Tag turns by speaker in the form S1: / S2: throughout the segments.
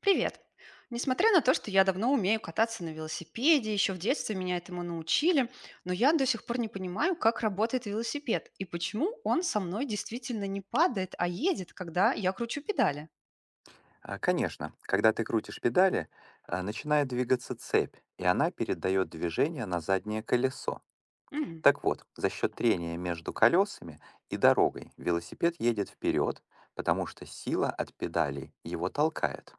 S1: Привет. Несмотря на то, что я давно умею кататься на велосипеде, еще в детстве меня этому научили, но я до сих пор не понимаю, как работает велосипед и почему он со мной действительно не падает, а едет, когда я кручу педали.
S2: Конечно, когда ты крутишь педали, начинает двигаться цепь, и она передает движение на заднее колесо.
S1: М,
S2: Так вот, за счет трения между колесами и дорогой велосипед едет вперед, потому что сила от педалей его толкает.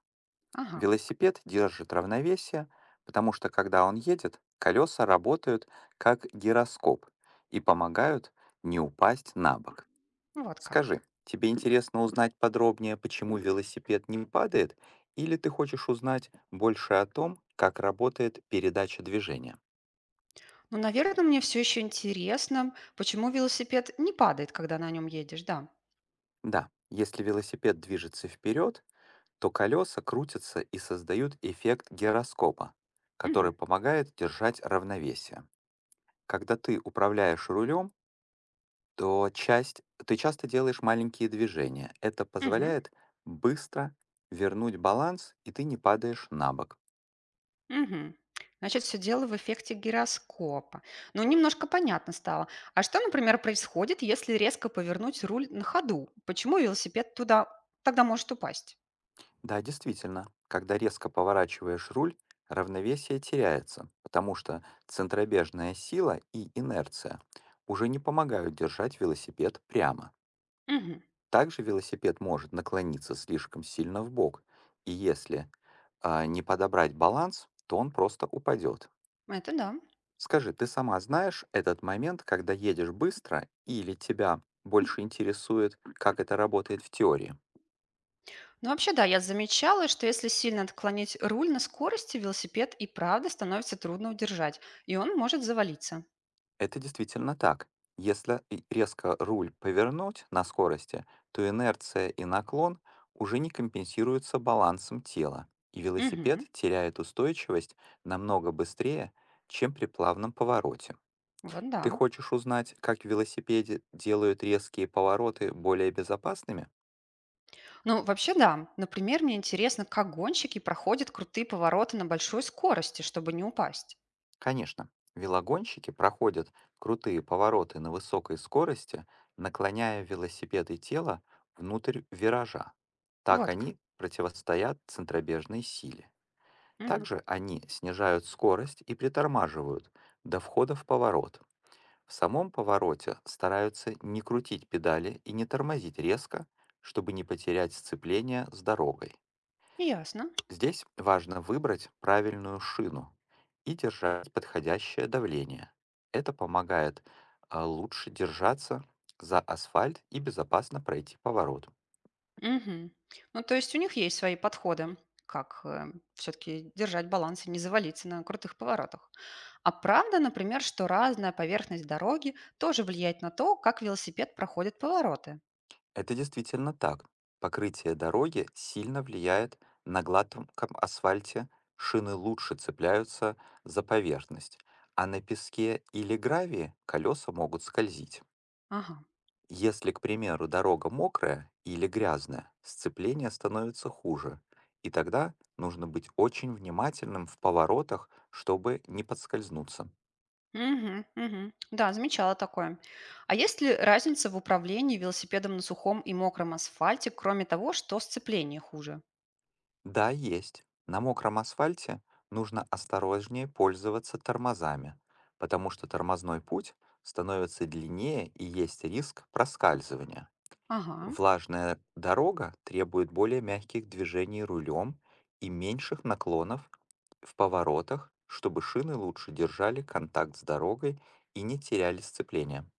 S1: ага,
S2: Велосипед держит равновесие, потому что когда он едет, колеса работают как гироскоп и помогают не упасть на бок.
S1: ну вот как.
S2: Скажи, тебе интересно узнать подробнее, почему велосипед не падает, или ты хочешь узнать больше о том, как работает передача движения?
S1: Ну, наверное, мне все еще интересно, почему велосипед не падает, когда на нем едешь, да.
S2: Да, если велосипед движется вперед, то колеса крутятся и создают эффект гироскопа, который
S1: Мгм,
S2: помогает держать равновесие. Когда ты управляешь рулем, ты часто делаешь маленькие движения. Это
S1: мгм.
S2: позволяет быстро вернуть баланс, и ты не падаешь на бок.
S1: Мгм. Значит, все дело в эффекте гироскопа. Ну, немножко понятно стало. А что, например, происходит, если резко повернуть руль на ходу? Почему велосипед туда тогда может упасть?
S2: Да, действительно, когда резко поворачиваешь руль, равновесие теряется, потому что центробежная сила и инерция уже не помогают держать велосипед прямо.
S1: Мгм.
S2: Также велосипед может наклониться слишком сильно в бок, и если не подобрать баланс, то он просто упадет.
S1: Это да.
S2: Скажи, ты сама знаешь этот момент, когда едешь быстро, или тебя больше интересует, как это работает в теории?
S1: Ну, вообще, да, я замечала, что если сильно отклонить руль на скорости, велосипед и правда становится трудно удержать, и он может завалиться.
S2: Это действительно так. Если и резко руль повернуть на скорости, то инерция и наклон уже не компенсируются балансом тела, и
S1: Мгм.
S2: велосипед теряет устойчивость намного быстрее, чем при плавном повороте.
S1: Вот да.
S2: Ты хочешь узнать, как в велосипеде делают резкие повороты более безопасными?
S1: Ну, вообще, да. Например, мне интересно, как гонщики проходят крутые повороты на большой скорости, чтобы не упасть.
S2: Конечно, велогонщики проходят крутые повороты на высокой скорости, наклоняя велосипед и тело внутрь виража. Так
S1: Вот как.
S2: они противостоят центробежной силе.
S1: Мгм.
S2: Также они снижают скорость и притормаживают до входа в поворот. В самом повороте стараются не крутить педали и не тормозить резко, чтобы не потерять сцепление с дорогой.
S1: Ясно.
S2: Здесь важно выбрать правильную шину и держать подходящее давление. Это помогает лучше держаться за асфальт и безопасно пройти поворот.
S1: Мгм. Ну, то есть у них есть свои подходы, как все-таки держать баланс и не завалиться на крутых поворотах. А правда, например, что разная поверхность дороги тоже влияет на то, как велосипед проходит повороты?
S2: Это действительно так. Покрытие дороги сильно влияет, на гладком асфальте шины лучше цепляются за поверхность, а на песке или гравии колеса могут скользить.
S1: Ага.
S2: Если, к примеру, дорога мокрая или грязная, сцепление становится хуже, и тогда нужно быть очень внимательным в поворотах, чтобы не подскользнуться.
S1: Мгм, мгм. Да, замечала такое. А есть ли разница в управлении велосипедом на сухом и мокром асфальте, кроме того, что сцепление хуже?
S2: Да, есть. На мокром асфальте нужно осторожнее пользоваться тормозами, потому что тормозной путь становится длиннее и есть риск проскальзывания.
S1: Ага.
S2: Влажная дорога требует более мягких движений рулем и меньших наклонов в поворотах, чтобы шины лучше держали контакт с дорогой и не теряли сцепление.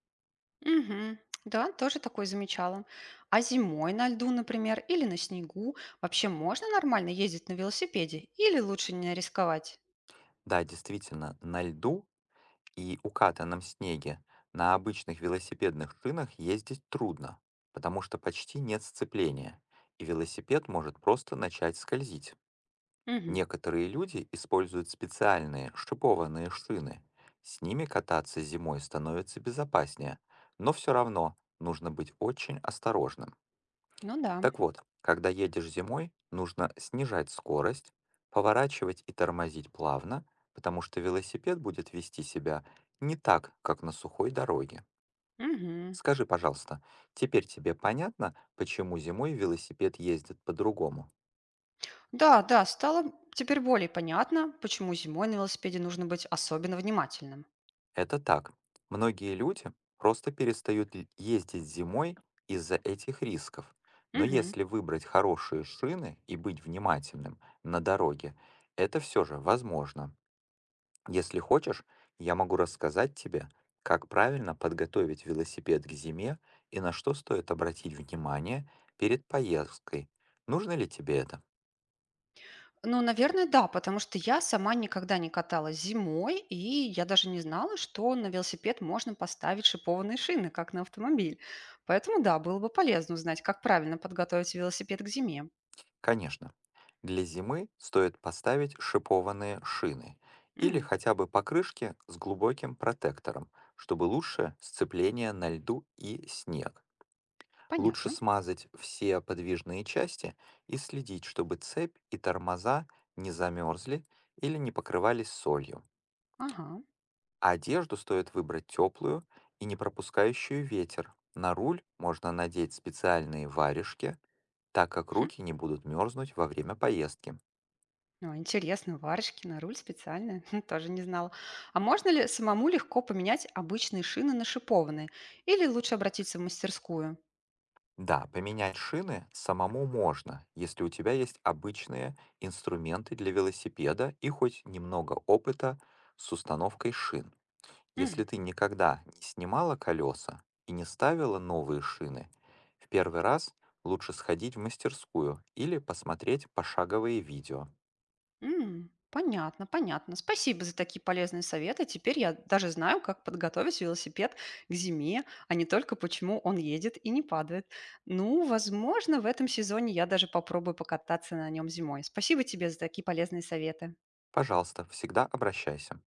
S1: Мгм. Да, тоже такое замечала. А зимой на льду, например, или на снегу вообще можно нормально ездить на велосипеде или лучше не рисковать?
S2: Да, действительно, на льду и укатанном снеге на обычных велосипедных шинах ездить трудно, потому что почти нет сцепления, и велосипед может просто начать скользить.
S1: Мгм.
S2: Некоторые люди используют специальные шипованные шины. С ними кататься зимой становится безопаснее, но все равно нужно быть очень осторожным.
S1: Ну да.
S2: Так вот, когда едешь зимой, нужно снижать скорость, поворачивать и тормозить плавно, потому что велосипед будет вести себя не так, как на сухой дороге.
S1: Мгм.
S2: Скажи, пожалуйста, теперь тебе понятно, почему зимой велосипед ездит по-другому?
S1: Да, да, стало теперь более понятно, почему зимой на велосипеде нужно быть особенно внимательным.
S2: Это так. Многие люди просто перестают ездить зимой из-за этих рисков. Но
S1: Мгм.
S2: если выбрать хорошие шины и быть внимательным на дороге, это все же возможно. Если хочешь, я могу рассказать тебе, как правильно подготовить велосипед к зиме и на что стоит обратить внимание перед поездкой. Нужно ли тебе это?
S1: Ну, наверное, да, потому что я сама никогда не каталась зимой, и я даже не знала, что на велосипед можно поставить шипованные шины, как на автомобиль. Поэтому, да, было бы полезно узнать, как правильно подготовить велосипед к зиме.
S2: Конечно. Для зимы стоит поставить шипованные шины или
S1: М,
S2: хотя бы покрышки с глубоким протектором, чтобы лучше сцепление на льду и снег. Лучше
S1: понятно.
S2: смазать все подвижные части и следить, чтобы цепь и тормоза не замерзли или не покрывались солью.
S1: Ага.
S2: Одежду стоит выбрать теплую и не пропускающую ветер. На руль можно надеть специальные варежки, так как
S1: Хм.
S2: руки не будут мерзнуть во время поездки.
S1: Ну, интересно, варежки на руль специальные, хм, тоже не знала. А можно ли самому легко поменять обычные шины на шипованные? Или лучше обратиться в мастерскую?
S2: Да, поменять шины самому можно, если у тебя есть обычные инструменты для велосипеда и хоть немного опыта с установкой шин. Если ты никогда не снимала колеса и не ставила новые шины, в первый раз лучше сходить в мастерскую или посмотреть пошаговые видео.
S1: М, понятно, понятно. Спасибо за такие полезные советы. Теперь я даже знаю, как подготовить велосипед к зиме, а не только почему он едет и не падает. Ну, возможно, в этом сезоне я даже попробую покататься на нем зимой. Спасибо тебе за такие полезные советы.
S2: Пожалуйста, всегда обращайся.